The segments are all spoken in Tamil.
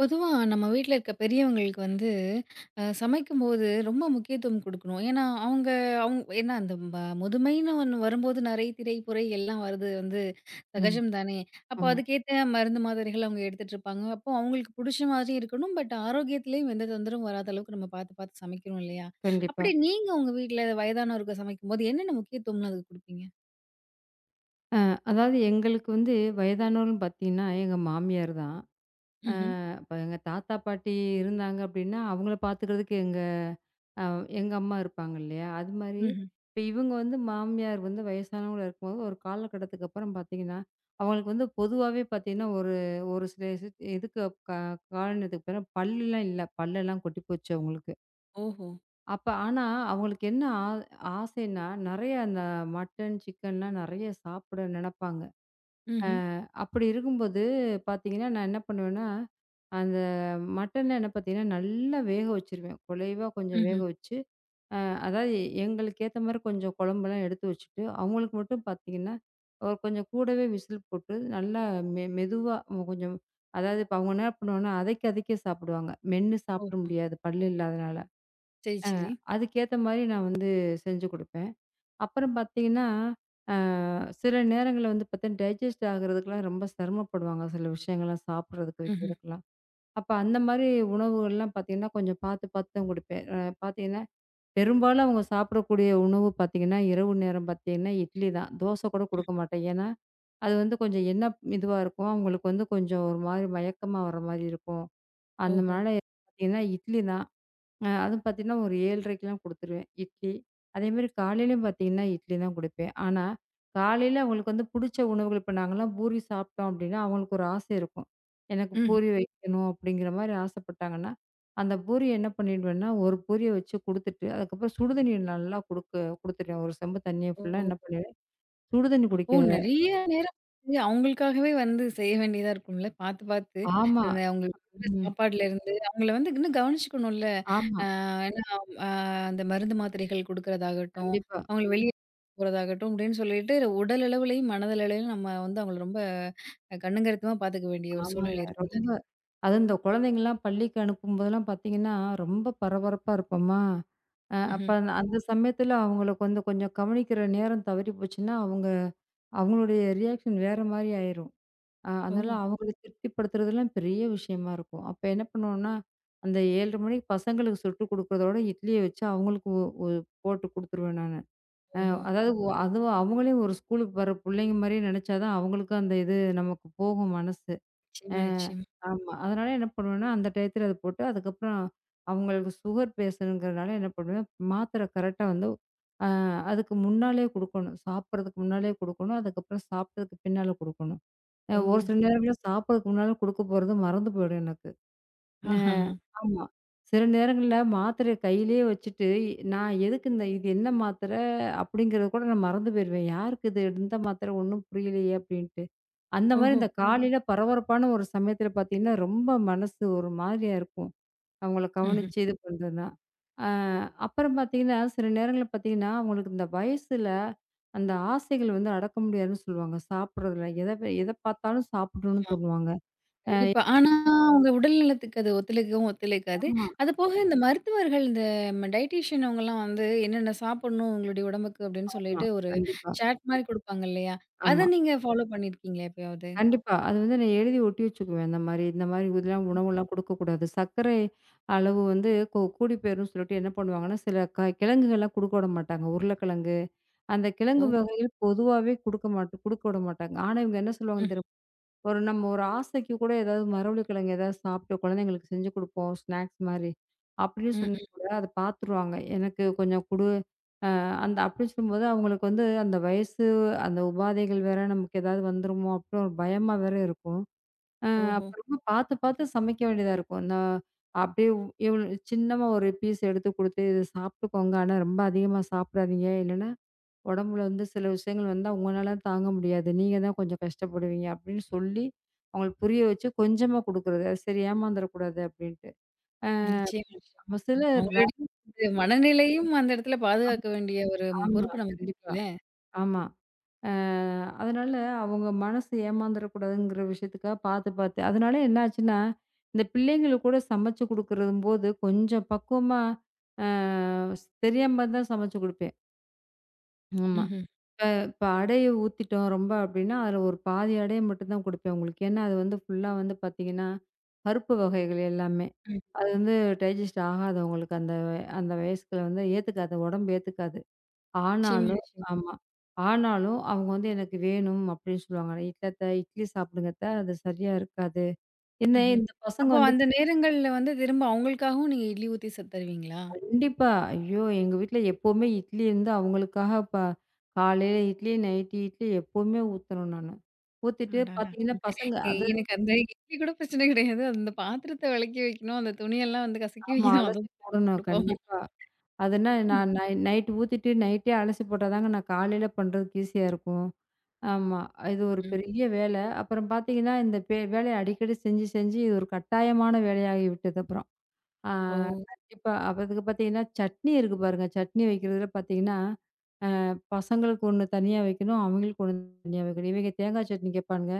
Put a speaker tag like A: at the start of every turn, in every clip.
A: பொதுவா நம்ம வீட்ல இருக்க பெரியவங்களுக்கு வந்து சமைக்கும்போது ரொம்ப முக்கியத்துவம் குடுக்கணும். ஏன்னா, அவங்க அவுங் ஏன்னா அந்த ப முதுமைன்னு ஒண்ணு வரும்போது நரை, திரை, புரை எல்லாம் வரது வந்து
B: ஆமா,
A: சகஜம் தானே! அப்போ
B: ஆமா.
A: அதுக்கேத்த மருந்து மாத்திரைகள் அவங்க எடுத்துட்டுருப்பாங்க. அப்போ அவங்களுக்கு புடிச்ச மாதிரி இருக்கணும். பட் ஆரோக்கியத்திலயும் எந்த தொந்தரவும் வராத அளவுக்கு நம்ம பார்த்து, பார்த்து சமைக்கிறோம் இல்லயா!
B: கண்டிப்பா.
A: அப்படி நீங்க உங்க வீட்ல வயதானவருக்கு சமைக்கும்போது என்னென்ன முக்கியத்துவம்லாம் அதுக்கு குடுப்பீங்க?
B: அதாவது எங்களுக்கு வந்து வயதானோர்ன்னு பார்த்தீங்கன்னா, எங்க மாமியார் தான்.
A: ம்ஹ்ம்.
B: இப்ப எங்க தாத்தா, பாட்டி இருந்தாங்க அப்டின்னா, அவங்கள பார்த்துக்கிறதுக்கு அ எங்க அம்மா இருப்பாங்க இல்லையா? அது மாரி
A: ம்ஹ்ம்.
B: இப்ப இவங்க வந்து மாமியார் வந்து வயசானவங்களா இருக்கும்போது, ஒரு காலகட்டத்துக்கு அப்புறம் பார்த்தீங்கன்னா, அவங்களுக்கு வந்து பொதுவாவே பார்த்தீங்கன்னா, ஒரு ஒரு சில இதுக்கு க காரணத்துக்கு பிறகு பல்லுலாம் இல்ல. பல்லெல்லாம் கொட்டி போச்சு அவங்களுக்கு.
A: ஓஹோ!
B: அப்ப ஆனா, அவங்களுக்கு என்ன ஆசைன்னா, நெறைய அந்த மட்டன், சிக்கன்லாம் நெறைய சாப்பிட நெனப்பாங்க.
A: ம்ஹ்ம்.
B: அப்படி இருக்கும்போது பார்த்தீங்கன்னா, நான் என்ன பண்ணுவேன்னா, அந்த மட்டன்ல என்ன பார்த்தீங்கன்னா, நல்லா வேக வச்சுருவேன். குழைவா கொஞ்சம் வேக
A: ம்ஹ்ம்.
B: வச்சு, அ அதாவது எங்களுக்கு ஏத்த மாரி கொஞ்சம் குழம்பெல்லாம் எடுத்து வச்சுட்டு, அவங்களுக்கு மட்டும் பார்த்தீங்கன்னா, ஒரு கொஞ்சம் கூடவே விசில் போட்டு, நல்லா மெதுவா கொஞ்சம் அதாவது இப்ப அவங்க என்ன பண்ணுவாங்கன்னா, அதைக்க அதைக்க சாப்பிடுவாங்க. மென்னு சாப்பிட
A: ஓஹோ!
B: முடியாது, பல்லு இல்லாதனால.
A: சரி,
B: அ
A: சரி.
B: அதுக்கேத்த மாரி நான் வந்து செஞ்சு குடுப்பேன். அப்புறம் பார்த்தீங்கன்னா, அ சில நேரங்கள்ல வந்து பார்த்தீங்கன்னா, டைஜஸ்ட் ஆகுறதுக்குலாம் ரொம்ப சிரமப்படுவாங்க. சில விஷயங்கள்லாம் சாப்பிடுறதுக்கு,
A: ம்ஹ்ம்.
B: வைக்கிறதுக்கெல்லாம். அப்ப அந்த மாரி உணவுகள்லாம் பார்த்தீங்கன்னா, கொஞ்சம் பார்த்து பார்த்து தான் குடுப்பேன். பார்த்தீங்கன்னா, பெரும்பாலும் அவங்க சாப்பிடக்கூடிய உணவு பார்த்தீங்கன்னா, இரவு நேரம் பார்த்தீங்கன்னா, இட்லி தான். தோசை கூட குடுக்க மாட்டேன். ஏன்னா, அது வந்து கொஞ்சம் என்ன இதுவா இருக்கும், அவங்களுக்கு வந்து கொஞ்சம் ஒரு மாரி மயக்கமா வர மாரி இருக்கும்.
A: ஓஹோ!
B: அதனால பார்த்தீங்கன்னா, இட்லி தான். அதுவும் பார்த்தீங்கன்னா, ஒரு 7:30க்கெல்லாம் குடுத்துருவேன், இட்லி. அதேமாரி காலையிலயும் பார்த்தீங்கன்னா, இட்லி தான் குடுப்பேன். ஆனா, காலையில அவங்களுக்கு வந்து புடிச்ச உணவுகள் இப்ப நாங்கலாம் பூரி சாப்பிட்டோம் அப்டின்னா, அவங்களுக்கு ஒரு ஆசை இருக்கும். எனக்கு
A: ம்.
B: பூரி வைக்கணும் அப்டிங்கிற மாரி ஆசைப்பட்டாங்கன்னா, அந்த பூரிய என்ன பண்ணிடுவேன்னா, ஒரு பூரிய வச்சு குடுத்துட்டு, அதுக்கப்புறம் சுடுதண்ணி நல்லா குடுக்க குடுத்துருவேன். ஒரு செம்பு தண்ணிய
A: ஓ!
B: ஃபுல்லா என்ன பண்ணிடுவேன், சுடுதண்ணி
A: அப்போ
B: குடிக்க.
A: நெறைய நேரம் வந்து அவங்களுக்காகவே வந்து செய்ய வேண்டியதா இருக்கும்ல. பார்த்து, பார்த்து
B: ஆமா.
A: அந்த அவங்களுக்கு குடுக்குற
B: ம்.
A: சாப்பாட்லருந்து அவங்கள வந்து இன்னும் கவனிச்சுக்கணும்ல.
B: ஆமா.
A: அ ஏன்னா அ அந்த மருந்து மாத்திரைகள் குடுக்குறதாகட்டும்,
B: கண்டிப்பா.
A: அவங்கள வெளிய போறதாகட்டும் அப்படின்னு சொல்லிட்டு உடல் அளவுலயும், மனதளவுலயும் நம்ம வந்து அவங்கள ரொம்ப கண்ணுங்கருத்துமா பார்த்துக்க வேண்டிய ஒரு
B: ஆமாங்க.
A: சூழ்நிலை இருக்கும்ல.
B: ரொம்ப அதுவும் இந்த குழந்தைங்கலாம் பள்ளிக்கு அனுப்பும்போதெல்லாம் பார்த்தீங்கன்னா, ரொம்ப பரபரப்பா இருப்போமா, அப்ப
A: ம்ஹ்ம்.
B: அந்த அந்த சமயத்துல அவங்களுக்கு வந்து கொஞ்சம் கவனிக்கிற நேரம் தவறி போச்சுன்னா, அவங்களுடைய ரியாக்ஷன் வேற மாரி ஆயிரும். அதனால
A: ஓ!
B: அவங்கள திருப்திப்படுத்துறதெல்லாம் பெரிய விஷயமா இருக்கும். அப்ப என்ன பண்ணுவோம்னா, அந்த 7:30 மணிக்கு பசங்களுக்கு சுட்டு குடுக்குறதோட இட்லிய வச்சு அவங்களுக்கு ஒ ஒ போட்டு குடுத்துருவேன் நானு. அ
A: ஓஹோ!
B: அதாவது அதுவும் அவங்களையும் ஒரு ஸ்கூலுக்கு வர புள்ளைங்க மாரியே நெனச்சா தான் அவங்களுக்கும் அந்த இது நமக்கு போகும் மனசு.
A: நிச்சயமா, நிச்சயமா.
B: ஆமா. அதனால என்ன பண்ணுவேன்னா, அந்த டயத்துல அத போட்டு, அதுக்கப்புறம் அவங்களுக்கு சுகர் பேஷண்ட்ங்கிறனால என்ன பண்ணுவேன், மாத்திரை கரெக்ட்டா வந்து அ அதுக்கு முன்னாலயே குடுக்கணும். சாப்பிடுறதுக்கு முன்னாலயே குடுக்கணும். அதுக்கப்புறம் சாப்பிட்டதுக்கு பின்னால குடுக்கணும்.
A: ஓ!
B: ஒரு சில நேரங்கள்ல சாப்பிடுறதுக்கு முன்னால குடுக்க போறது மறந்து போயிடும் எனக்கு. அ
A: ஆஹஹா!
B: ஆமா. சில நேரங்கள்ல மாத்திரைய கையிலேயே வச்சுட்டு, நான் எதுக்கு இந்த இது என்ன மாத்திரை? அப்படிங்கிறத கூட நான் மறந்து போயிருவேன். யாருக்கு இது? எந்த மாத்திரை? ஒண்ணும் புரியலையே! அப்படின்ட்டு. அந்த மாரி
A: ஓஹோ!
B: இந்த ஆமா. காலையில பரபரப்பான ஒரு சமயத்துல பார்த்தீங்கன்னா, ரொம்ப மனசு ஒரு மாதிரியா இருக்கும். அவங்கள
A: ம்ஹ்ம்.
B: கவனிச்சு இது பண்றதுன்னா. அ அப்புறம் பார்த்தீங்கன்னா, சில நேரங்கள்ல பார்த்தீங்கன்னா, அவங்களுக்கு இந்த வயசுல அந்த ஆசைகள் வந்து அடக்க முடியாதுன்னு சொல்லுவாங்க. சாப்பிடுறதுல எத எத பார்த்தாலும் சாப்பிடணும்னு தோணுவாங்க.
A: கண்டிப்பா. ஆனா, அவங்க உடல் நலத்துக்கு அது ஒத்துழைக்கவும் ஒத்துழைக்காது.
B: ஆமா.
A: அதுபோக இந்த மருத்துவர்கள், இந்த டயட்டீஷியன் அவங்கலாம் வந்து என்னென்ன சாப்பிடணும் உங்களுடைய உடம்புக்கு அப்படின்னு
B: ஆமா.
A: சொல்லிட்டு ஒரு
B: கண்டிப்பா.
A: சார்ட் மாரி குடுப்பாங்க இல்லையா? அத
B: ஆமா.
A: நீங்க ஃபாலோ பண்ணியிருக்கீங்களா எப்பயாவது?
B: கண்டிப்பா. அது வந்து நான் எழுதி ஒட்டி வச்சுக்குவேன். இந்த மாரி இந்த மாரி இதெல்லாம் உணவுலாம் குடுக்கக்கூடாது. சர்க்கரை அளவு வந்து கூடி போயிரும்னு சொல்லிட்டு என்ன பண்ணுவாங்கன்னா, சில கிழங்குகள்லாம் குடுக்க விட மாட்டாங்க. உருளைக்கிழங்கு, அந்த கிழங்கு
A: ஓ!
B: வகைகள் பொதுவாவே குடுக்க விட மாட்டாங்க. ஆனா, இவங்க என்ன
A: ம்.
B: சொல்லுவாங்கன்னு தெரியுமா? நம்ம ஒரு ஆசைக்கு கூட ஏதாவது மரவள்ளி கிழங்கு ஏதாவது சாப்பிட்டு குழந்தைங்களுக்கு செஞ்சு குடுப்போம், ஸ்நாக்ஸ் மாரி. அப்படின்னு
A: ம்.
B: சொன்னா
A: ம்.
B: கூட அத பார்த்துருவாங்க. எனக்கு கொஞ்சம் குடு அந்த அப்படின்னு சொல்லும்போது அவங்களுக்கு வந்து அந்த வயசு, அந்த உபாதைகள் வேற நமக்கு ஏதாவது வந்துருமோ? அப்படின்னு ஒரு பயமா வேற இருக்கும். அ
A: ஓஹோ!
B: அப்புறமா பார்த்து பார்த்து சமைக்க வேண்டியதா இருக்கும். இந்த அப்படியே இவ் சின்னமா ஒரு பீஸ் எடுத்து குடுத்து, "இத சாப்பிட்டுக்கோங்க. ஆனா ரொம்ப அதிகமா சாப்பிடாதீங்க. இல்லைன்னா உடம்புல வந்து சில விஷயங்கள் வந்தா உங்களால தாங்க முடியாது. நீங்க தான் கொஞ்சம் கஷ்டப்படுவீங்க." அப்படின்னு சொல்லி அவங்களுக்கு புரிய வச்சு கொஞ்சமா குடுக்குறது. அது சரி ஏமாந்துரக்கூடாது அப்படின்ட்டு.
A: நிச்சயமா.
B: நம்ம சிலர்
A: அவங்களுடைய
B: நா-
A: இது மனநிலையும் அந்த இடத்துல பாதுகாக்க வேண்டிய ஒரு
B: ஆமா.
A: பொறுப்பு நமக்கு
B: கண்டிப்பா.
A: இருக்குல்ல.
B: ஆமா. அ அதனால அவங்க மனசு ஏமாந்துடக்கூடாதுங்கிற விஷயத்துக்காக பார்த்து பார்த்து அதனால என்ன ஆச்சுன்னா, இந்த பிள்ளைங்களுக்கு கூட சமைச்சு குடுக்குறம்போது கொஞ்சம் பக்குவமா அ தெரியாம தான் சமைச்சு குடுப்பேன். ஆமா.
A: ம்ஹ்ம்.
B: இப்ப இப்ப அடைய ஊத்திட்டோம் ரொம்ப அப்படின்னா, அதில ஒரு பாதி அடைய மட்டும் தான் குடுப்பேன் அவங்களுக்கு. ஏன்னா, அது வந்து ஃபுல்லா வந்து பார்த்தீங்கன்னா, பருப்பு வகைகள் எல்லாமே.
A: ம்.
B: அது வந்து டைஜஸ்ட் ஆகாது அவங்களுக்கு அந்த அந்த வயசுக்குள்ள வந்து ஏத்துக்காது, உடம்பு ஏத்துக்காது.
A: நிச்சயமா,
B: ஆனாலும்
A: நிச்சயமா.
B: ஆமா. ஆனாலும் அவங்க வந்து எனக்கு வேணும் அப்படின்னு சொல்லுவாங்க. இல்ல அத்த இட்லி சாப்பிடுங்க அத்த. அது சரியா இருக்காது. என்ன
A: ம்ஹ்ம்.
B: இந்த பசங்க
A: அப்போ
B: வந்து
A: அந்த நேரங்கள்ல வந்து திரும்ப அவங்களுக்காகவும் நீங்க இட்லி ஊத்தி தருவீங்களா?
B: கண்டிப்பா, ஐயோ! எங்க வீட்ல எப்பவுமே இட்லி இருந்து அவங்களுக்காக காலையில இட்லி, நைட்டு இட்லி எப்பவுமே ஊத்தணும் நானு. ஊத்திட்டு
A: அடா!
B: பார்த்தீங்கன்னா, பசங்க
A: ஏ,
B: அது
A: எனக்கு அந்த இட்லி கூட பிரச்சனை கிடையாது. அந்த பாத்திரத்த வெளக்கி வைக்கணும். அந்த துணியெல்லாம் வந்து கசக்கி
B: ஆமா.
A: வைக்கணும். அது
B: அலசி
A: தான் ரொம்ப
B: போடணும்.
A: கடுப்பாகும்.
B: கண்டிப்பா. அதுனா நான் நைட் ஊத்திட்டு நைட்டே அலசி போட்டா தாங்க நான் காலையில பண்றதுக்கு ஈஸியா இருக்கும். ஆமா. இது ஒரு
A: ம்ஹ்ம்.
B: பெரிய வேலை. அப்புறம் பார்த்தீங்கன்னா, இந்த வேலைய அடிக்கடி செஞ்சு, செஞ்சு இது ஒரு கட்டாயமான வேலையாகி விட்டது அப்புறம். ஆ
A: ஓ!
B: கண்டிப்பா. அப்ப அதுக்கு பார்த்தீங்கன்னா, சட்னி இருக்கு பாருங்க. சட்னி வைக்கிறதுல பார்த்தீங்கன்னா, பசங்களுக்கு ஒண்ணு தனியா வைக்கணும். அவங்களுக்கு ஒண்ணு தனியா வைக்கணும். இவங்க தேங்காய் சட்னி கேட்பானுங்க.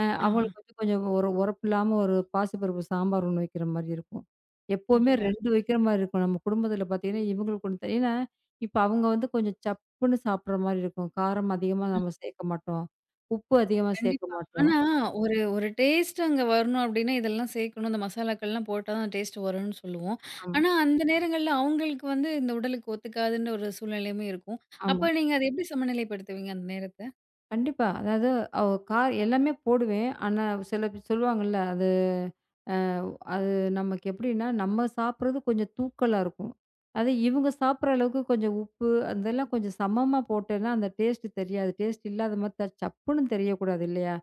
A: ஆஹா!
B: அவங்களுக்கு வந்து கொஞ்சம் ஒரு உரப்பில்லாம ஒரு பாசிப்பருப்பு சாம்பார் ஒண்ணு வைக்கிற மாரி இருக்கும். எப்பவுமே
A: அடடா!
B: 2 வைக்கிற மாரி இருக்கும். நம்ம குடும்பத்தில பார்த்தீங்கன்னா, இவங்களுக்கு ஒண்ணு ஏன்னா, இப்ப அவங்க வந்து கொஞ்சம் சப்புன்னு சாப்பிடுற மாரி இருக்கும். காரம் அதிகமா
A: ம்.
B: நம்ம சேர்க்க மாட்டோம். உப்பு அதிகமா சேர்க்க
A: கண்டிப்பா.
B: மாட்டோம்.
A: ஆனா ஒரு ஒரு டேஸ்ட் அங்க வரணும் அப்டின்னா, இதெல்லாம் சேர்க்கணும். இந்த மசாலாக்கள்லாம் போட்டா தான் டேஸ்ட் வரும்னு சொல்லுவோம்.
B: ஆமா,
A: ஆனா அந்த நேரங்கள்ல அவங்களுக்கு வந்து இந்த உடலுக்கு ஒத்துக்காதுன்ற ஒரு சூழ்நிலையுமே இருக்கும்.
B: ஆமா.
A: அப்ப நீங்க அத எப்டி சமநிலைப்படுத்துவீங்க அந்த நேரத்த?
B: கண்டிப்பா. அதாவது அவ கார் எல்லாமே போடுவேன். ஆனா சில பேர் சொல்லுவாங்கல்ல, அது அது நமக்கு எப்படின்னா, நம்ம சாப்பிடுறது கொஞ்சம் தூக்கலா இருக்கும். அதே இவங்க சாப்பிடுற அளவுக்கு கொஞ்சம் உப்பு, அதெல்லாம் கொஞ்சம் சமமா போட்டேன்னா, அந்த டேஸ்ட் தெரியாது. டேஸ்ட் இல்லாத மாரி சப்புன்னு தெரியக்கூடாது இல்லையா?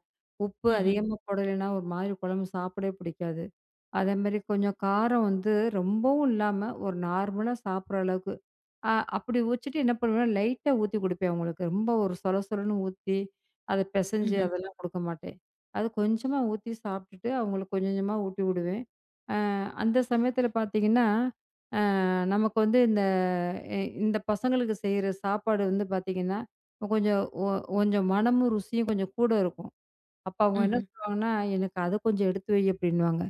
B: உப்பு
A: ம்ஹ்ம்,
B: அதிகமா போடலைன்னா ஒரு மாதிரி குழம்பு சாப்பிடவே பிடிக்காது. அதேமாரி கொஞ்சம் காரம் வந்து ரொம்பவும் இல்லாம, ஒரு நார்மலா சாப்பிடுற அளவுக்கு. அப்படி வச்சுட்டு என்ன பண்ணுவேன்னா, லைட்டா ஊத்தி குடுப்பேன் அவங்களுக்கு. ரொம்ப ஒரு சொல சொலன்னு ஊத்தி, அத பெசஞ்சு
A: ம்ஹ்ம்,
B: அதெல்லாம் குடுக்க மாட்டேன். அது கொஞ்சமா ஊத்தி சாப்பிட்டுட்டு, அவங்களுக்கு கொஞ்சம் கொஞ்சமா ஊட்டி விடுவேன். அ அந்த சமயத்துல பார்த்தீங்கன்னா, நமக்கு வந்து இந்த எ இந்த பசங்களுக்கு செய்ற சாப்பாடு வந்து பார்த்தீங்கன்னா, கொஞ்சம் கொஞ்சம் மணமும், ருசியும் கொஞ்சம் கூட இருக்கும். அப்ப அவங்க என்ன
A: ம்ஹ்ம்.
B: சொல்லுவாங்கன்னா, "எனக்கு அத கொஞ்சம் எடுத்து வை" அப்படின்னுவாங்க.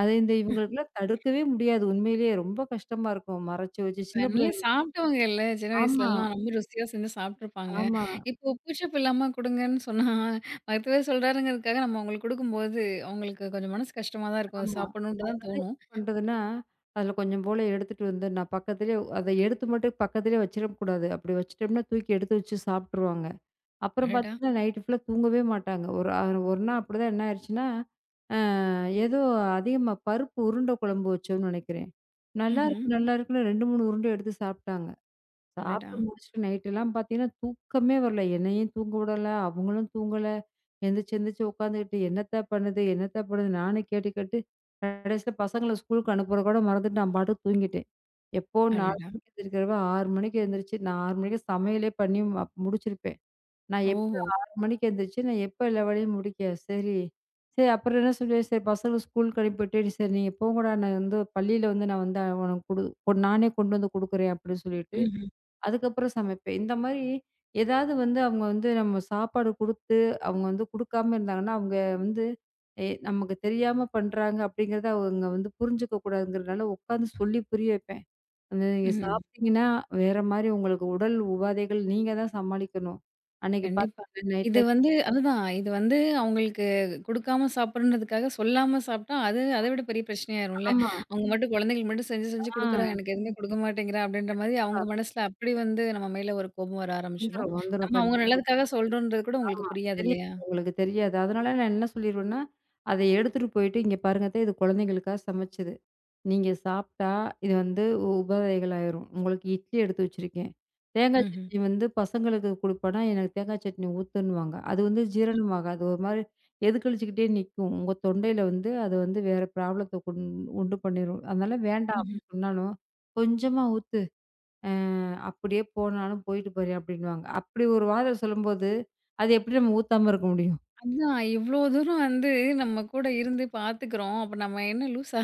B: அது இந்த இவங்களுக்குலாம் தடுக்கவே முடியாது. உண்மையிலேயே ரொம்ப கஷ்டமா இருக்கும். மறைச்சு வச்சு
A: இப்ப
B: சின்ன
A: நல்லா
B: பிள்ளைங்களுக்கு
A: சாப்பிட்டவங்கல்ல. சின்ன
B: ஆமா,
A: வயசுலலாம் ரொம்ப ருசியா செஞ்சு சாப்ட்டுருப்பாங்க.
B: ஆமா,
A: இப்போ பூச்சப்பு இல்லாம குடுங்கன்னு சொன்னா, மருத்துவர் சொல்றாருங்கிறதுக்காக நம்ம அவங்களுக்கு குடுக்கும்போது, அவங்களுக்கு கொஞ்சம் மனசு கஷ்டமா தான் இருக்கும். அத
B: ஆமா.
A: சாப்பிடணுன்ட்டு தான்
B: அதனால
A: தோணும்.
B: என்ன பண்றதுன்னா, அதுல கொஞ்சம் போல எடுத்துட்டு வந்து நான் பக்கத்திலேயே அத எடுத்து மட்டும் பக்கத்திலேயே வச்சிடக்கூடாது. அப்படி வச்சுட்டோம்னா, தூக்கி எடுத்து வச்சு சாப்ட்டுருவாங்க. அப்புறம்
A: அடடா!
B: பார்த்தீங்கன்னா, நைட்டு ஃபுல்லா தூங்கவே மாட்டாங்க. ஒரு நாள் அப்படிதான் என்ன ஆயிருச்சுன்னா, அ ஏதோ அதிகமா பருப்பு உருண்டை குழம்பு வச்சோம்னு நெனைக்கிறேன். நல்லா
A: ம்ஹ்ம்.
B: இருக்கு, நல்லா இருக்குன்னு 2, 3 உருண்டை எடுத்து சாப்ட்டாங்க.
A: அடடா!
B: சாப்ட்டு முடிச்சுட்டு நைட்டெல்லாம் பார்த்தீங்கன்னா, தூக்கமே வரல. என்னையும் தூங்க விடல, அவங்களும் தூங்கல. எந்திரிச்சு எந்திரிச்சு உட்காந்துக்கிட்டு, "என்னத்த பண்ணுது? என்னத்த பண்ணுது?" நானும் கேட்டு கேட்டு கடைசியில பசங்கள ஸ்கூலுக்கு அனுப்புறத கூட மறந்துட்டு நான் பாட்டுக்கு தூங்கிட்டேன். எப்போ 4
A: அடடா!
B: மணிக்கு எந்திரிக்கிறவ 6 மணிக்கு எந்திரிச்சு நான் 6 மணிக்கு சமையலே பண்ணி முடிச்சிருப்பேன். நான் எப்ப
A: ஓஹோ!
B: 6 மணிக்கு எந்திரிச்சு, நான் எப்ப எல்லா வேலையும் முடிக்க சரி, சரி அப்புறம் என்ன சொல்லுவேன், சரி பசங்க ஸ்கூலுக்கு அனுப்பிவிட்டு, சரி நீங்க போங்கடா, நான் வந்து பள்ளியில வந்து நான் வந்து உனக்கு குடு கொண் நானே கொண்டு வந்து குடுக்குறேன்" அப்படின்னு சொல்லிட்டு,
A: ம்ஹ்ம்.
B: அதுக்கப்புறம் சமைப்பேன். இந்த மாரி ஏதாவது வந்து அவங்க வந்து நம்ம சாப்பாடு குடுத்து, அவங்க வந்து குடுக்காம இருந்தாங்கன்னா, அவங்க வந்து நமக்கு தெரியாம பண்றாங்க அப்படிங்கிறத அவங்க வந்து புரிஞ்சுக்க கூடாதுங்கிறதுனால உட்காந்து சொல்லி புரிய வைப்பேன். அது நீங்க
A: ம்.
B: சாப்பிட்டீங்கன்னா, வேற மாரி உங்களுக்கு உடல் உபாதைகள் நீங்க தான் சமாளிக்கணும். அன்னைக்கு
A: கண்டிப்பா.
B: பார்த்தீங்கன்னா
A: இது
B: நைட்ல
A: வந்து அதுதான். இது வந்து அவங்களுக்கு குடுக்காம சாப்பிடணுன்றதுக்காக சொல்லாம சாப்பிட்டா, அது அத விட பெரிய பிரச்சனையாயிரும்ல.
B: ஆமா.
A: அவங்க மட்டும் குழந்தைங்களுக்கு மட்டும் செஞ்சு செஞ்சு
B: ஆ
A: குடுக்குறா, எனக்கு எதுவுமே குடுக்க மாட்டேங்கிறா அப்படின்ற மாதிரி
B: கண்டிப்பா.
A: அவங்க மனசுல அப்படி வந்து நம்ம மேல ஒரு கோபம் வர ஆரம்பிச்சுரும்.
B: வந்துரும், வந்துரும்.
A: நம்ம அவங்க
B: கண்டிப்பா.
A: நல்லதுக்காக சொல்றோன்றது கூட உங்களுக்கு
B: ஆமா.
A: புரியாது
B: தெரியாது.
A: இல்லையா?
B: உங்களுக்கு தெரியாது. அதனால நான் என்ன சொல்லிருவேன்னா, அத எடுத்துட்டு போயிட்டு, "இங்க பாருங்க அத்த, இது குழந்தைங்களுக்காக சமைச்சது. நீங்க சாப்பிட்டா, இது வந்து உபதைகள் ஆயிரும். உங்களுக்கு இட்லி எடுத்து வச்சிருக்கேன். தேங்காய் சட்னி வந்து பசங்களுக்கு குடுப்பேன்னா, எனக்கு தேங்காய் சட்னி ஊத்துன்னுவாங்க. அது வந்து
A: ம்ஹ்ம்.
B: ஜீரணமாகாது. ஒரு மாரி எதுக்கழிச்சுக்கிட்டே நிக்கும். உங்க தொண்டையில வந்து அது வந்து வேற ப்ராப்ளத்த உண்டு பண்ணிரும். அதனால வேண்டாம் அப்டி சொன்னாலும், "கொஞ்சமா ஊத்து. அ அப்படியே போனாலும் போயிட்டு பாரு" அப்டின்னுவாங்க. அப்படி ஒரு வார்த்தை சொல்லும்போது, அது எப்படி நம்ம ஊத்தாம இருக்க முடியும்?
A: அதான் இவ்ளோ தூரம் வந்து நம்ம கூட இருந்து பார்த்துக்கிறோம். அப்ப நம்ம என்ன லூசா?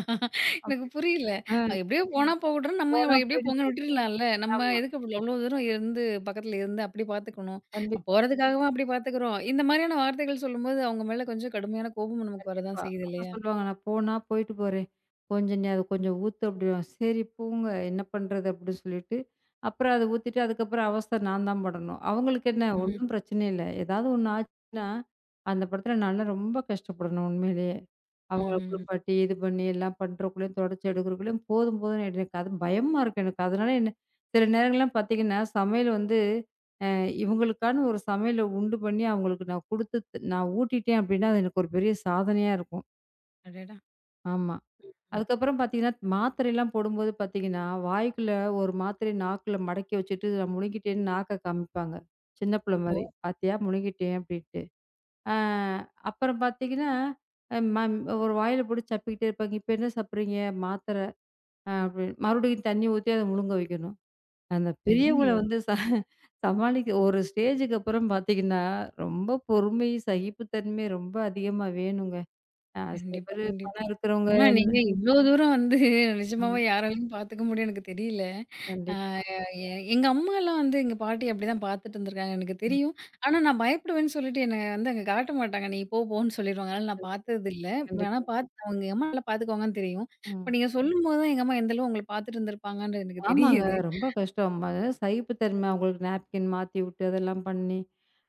A: எனக்கு
B: அப்டி.
A: புரியல.
B: அ
A: அது எப்படியோ போனா போகட்டும்ன்னு நம்ம
B: போனா
A: எப்படியோ
B: போயிட்டு
A: பொங்கல்
B: போது.
A: விட்டுடலாம்ல. நம்ம
B: ஆமா.
A: எதுக்கு அவ்ளோ அவ்ளோ தூரம் இருந்து பக்கத்துல இருந்து அப்படி பார்த்துக்கணும்?
B: கண்டிப்பா.
A: போறதுக்காகவா அப்படி பார்த்துக்கிறோம்? இந்த மாதிரியான வார்த்தைகள் சொல்லும்போது அவங்க மேல கொஞ்சம் கடுமையான கோபம் நமக்கு வரதான்
B: கண்டிப்பா.
A: செய்யுது
B: அப்புறம்
A: இல்லையா?
B: சொல்லுவாங்க, "நான் போனா போயிட்டு போறேன். கொஞ்சம் நீ அத கொஞ்சம் ஊத்து" அப்படின்வாங்க. "சரி போங்க, என்ன பண்றது?" அப்படின்னு சொல்லிட்டு, அப்புறம் அத ஊத்திட்டு, அதுக்கப்புறம் அவஸ்தை நான் தான் படணும். அவங்களுக்கு என்ன
A: ம்ஹ்ம்.
B: ஒண்ணும் பிரச்சனை இல்ல. ஏதாவது ஒண்ணு ஆச்சுன்னா, அந்த படத்துல நான்லாம் ரொம்ப கஷ்டப்படணும் உண்மையிலேயே. அவங்கள
A: ம்ஹ்ஹ்ம்.
B: குளிப்பாட்டி, இது பண்ணி, எல்லாம் பண்றதுக்குள்ளயும், தொடச்சு எடுக்கிறக்குள்ளயும் போதும் போதும்ன்னு ஆயிடும். எனக்கு அது பயமா இருக்கு எனக்கு. அதனால என்ன சில நேரங்கள்லாம் பார்த்தீங்கன்னா, சமையல் வந்து அ இவங்களுக்கான ஒரு சமையல உண்டு பண்ணி அவங்களுக்கு நான் குடுத்து நான் ஊட்டிட்டேன் அப்டின்னா, அது எனக்கு ஒரு பெரிய சாதனையா இருக்கும்.
A: அடடா!
B: ஆமா.
A: ம்.
B: அதுக்கப்புறம் பார்த்தீங்கன்னா, மாத்திரைலாம் போடும்போது பார்த்தீங்கன்னா, வாய்க்குள்ள ஒரு மாத்திரைய நாக்குல மடக்கி வச்சுட்டு நான் முழுங்கிட்டேன்னு நாக்க காமிப்பாங்க. சின்ன பிள்ளை
A: ஓ!
B: மாரி. "பாத்தியா முழுங்கிட்டேன்" அப்டின்ட்டு. அ அப்புறம் பார்த்தீங்கன்னா, அ மம் ஒரு வாயில போட்டு சப்பிக்கிட்டே இருப்பாங்க. "இப்ப என்ன சாப்பிடுறீங்க?" "மாத்திரை" அப்டின்னு மறுபடியும் தண்ணி ஊத்தி அத முழுங்க வைக்கணும். அந்த பெரியவங்கள
A: ஐயய்யோ!
B: வந்து சமாளிக்க ஒரு ஸ்டேஜுக்கு அப்புறம் பார்த்தீங்கன்னா, ரொம்ப பொறுமை, சகிப்புத்தன்மை ரொம்ப அதிகமா வேணுங்க. சில
A: கண்டிப்பா,
B: பேரு
A: கண்டிப்பா.
B: பணம் இருக்கிறவங்க
A: ஆனா நீங்க இவ்ளோ தூரம் வந்து
B: ஆமா.
A: நிஜமாவே யாராலயும் பார்த்துக்க முடியும்னு எனக்கு தெரியல. அ
B: கண்டிப்பா.
A: எ எங்க அம்மாலாம் வந்து எங்க பாட்டி அப்படிதான் பார்த்துட்டு இருந்திருக்காங்க. எனக்கு
B: ம்.
A: தெரியும். ஆனா, நான் பயப்படுவேன்னு சொல்லிட்டு என்ன வந்து அங்க காட்ட மாட்டாங்க. "நீ போ, போன்னு" சொல்லிருவாங்க. அதனால நான்
B: கண்டிப்பா,
A: பார்த்ததில்ல. ஆனா
B: கண்டிப்பா.
A: பார்த்து அவங்க எங்க அம்மா நல்லா பார்த்துக்குவாங்கன்னு தெரியும். இப்ப
B: ம்.
A: நீங்க சொல்லும்போது தான் எங்க அம்மா எந்த அளவு உங்கள பார்த்துட்டு இருந்திருப்பாங்கன்னு எனக்கு
B: ஆமாங்க.
A: தெரியுது.
B: ரொம்ப கஷ்டம். சகிப்புத்தன்மை அவங்களுக்கு நாப்கின் மாத்தி விட்டு, அதெல்லாம் பண்ணி,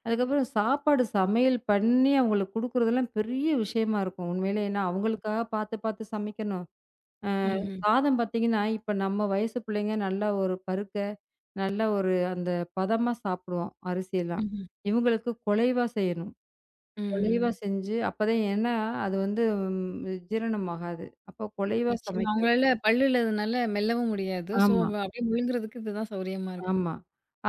B: அதுக்கப்புறம் சாப்பாடு சமையல் பண்ணி அவங்களுக்கு குடுக்குறதெல்லாம் பெரிய விஷயமா இருக்கும். உண்மையிலே ஏன்னா, அவங்களுக்காக பார்த்து பார்த்து சமைக்கணும்.
A: ம்ஹ்ம்.
B: சாதம் பார்த்தீங்கன்னா, இப்ப நம்ம வயசு பிள்ளைங்க நல்லா ஒரு பருக்க, நல்ல ஒரு அந்த பதமா சாப்பிடுவோம் அரிசியெல்லாம்.
A: ம்ஹ்ம்.
B: இவுங்களுக்கு குழைவா செய்யணும். குழைவா
A: ம்.
B: செஞ்சு அப்பதான் ஏன்னா, அது வந்து ஜீரணம் ஆகாது. அப்போ குழைவா
A: நிச்சயமா.
B: சமைக்கணும்.
A: அவங்களால பல்லு இல்லாதனால மெல்லவும் முடியாது. ஸோ,
B: ஆமா,
A: அப்படியே முழுங்குறதுக்கு இதுதான் சௌரியமா இருக்கும்.
B: ஆமா.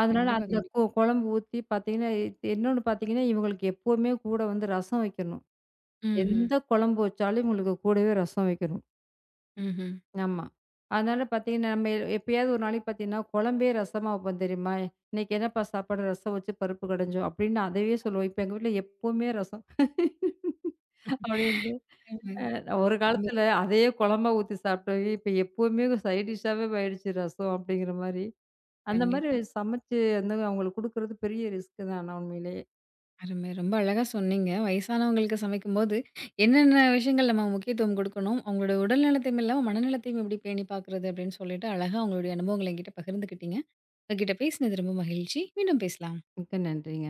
B: அதனால
A: கண்டிப்பா,
B: அந்த
A: கண்டிப்பா.
B: குழம்பு ஊத்தி பார்த்தீங்கன்னா, இன்னொன்னு பார்த்தீங்கன்னா, இவுங்களுக்கு எப்பவுமே கூட வந்து ரசம் வைக்கணும்.
A: ம்ஹ்ம்.
B: எந்த குழம்பு வச்சாலும் இவுங்களுக்கு கூடவே ரசம் வைக்கணும்.
A: ம்ஹ்ம்.
B: ஆமா. அதனால பார்த்தீங்கன்னா, நம்ம எப்பயாவது ஒரு நாளைக்கு பார்த்தீங்கன்னா, குழம்பே ரசமா வைப்போம் தெரியுமா? "இன்னைக்கு என்னப்பா சாப்பாடு? ரசம் வச்சு பருப்பு கடைஞ்சோம்." அப்படின்னு அதையே சொல்லுவோம். இப்ப எங்க வீட்ல எப்பவுமே ரசம். அப்படின்ட்டு ஒரு காலத்துல அதையே குழம்பா ஊத்தி சாப்பிட்டோம். இப்ப எப்பவுமே சைட் டிஷ்ஷாவே போயிடுச்சு ரசம் அப்படிங்கிற மாரி. அந்த மாரி
A: கண்டிப்பா.
B: சமைச்சு வந்து அவங்களுக்கு குடுக்குறது பெரிய ரிஸ்க் தான் ஆனா உண்மையிலேயே.
A: அருமை. ரொம்ப அழகா சொன்னீங்க. வயசானவங்களுக்கு சமைக்கும்போது, என்னென்ன விஷயங்கள் நம்ம முக்கியத்துவம் குடுக்கணும்? அவங்களோட உடல் நலத்தையும் இல்லாம, மனநலத்தையும் எப்படி பேணி பாக்குறது? அப்படின்னு சொல்லிட்டு, அழகா உங்களுடைய அனுபவங்கள என்கிட்ட பகிர்ந்துக்கிட்டீங்க. உங்ககிட்ட பேசினது ரொம்ப மகிழ்ச்சி. மீண்டும் பேசலாம்.
B: மிக்க நன்றிங்க.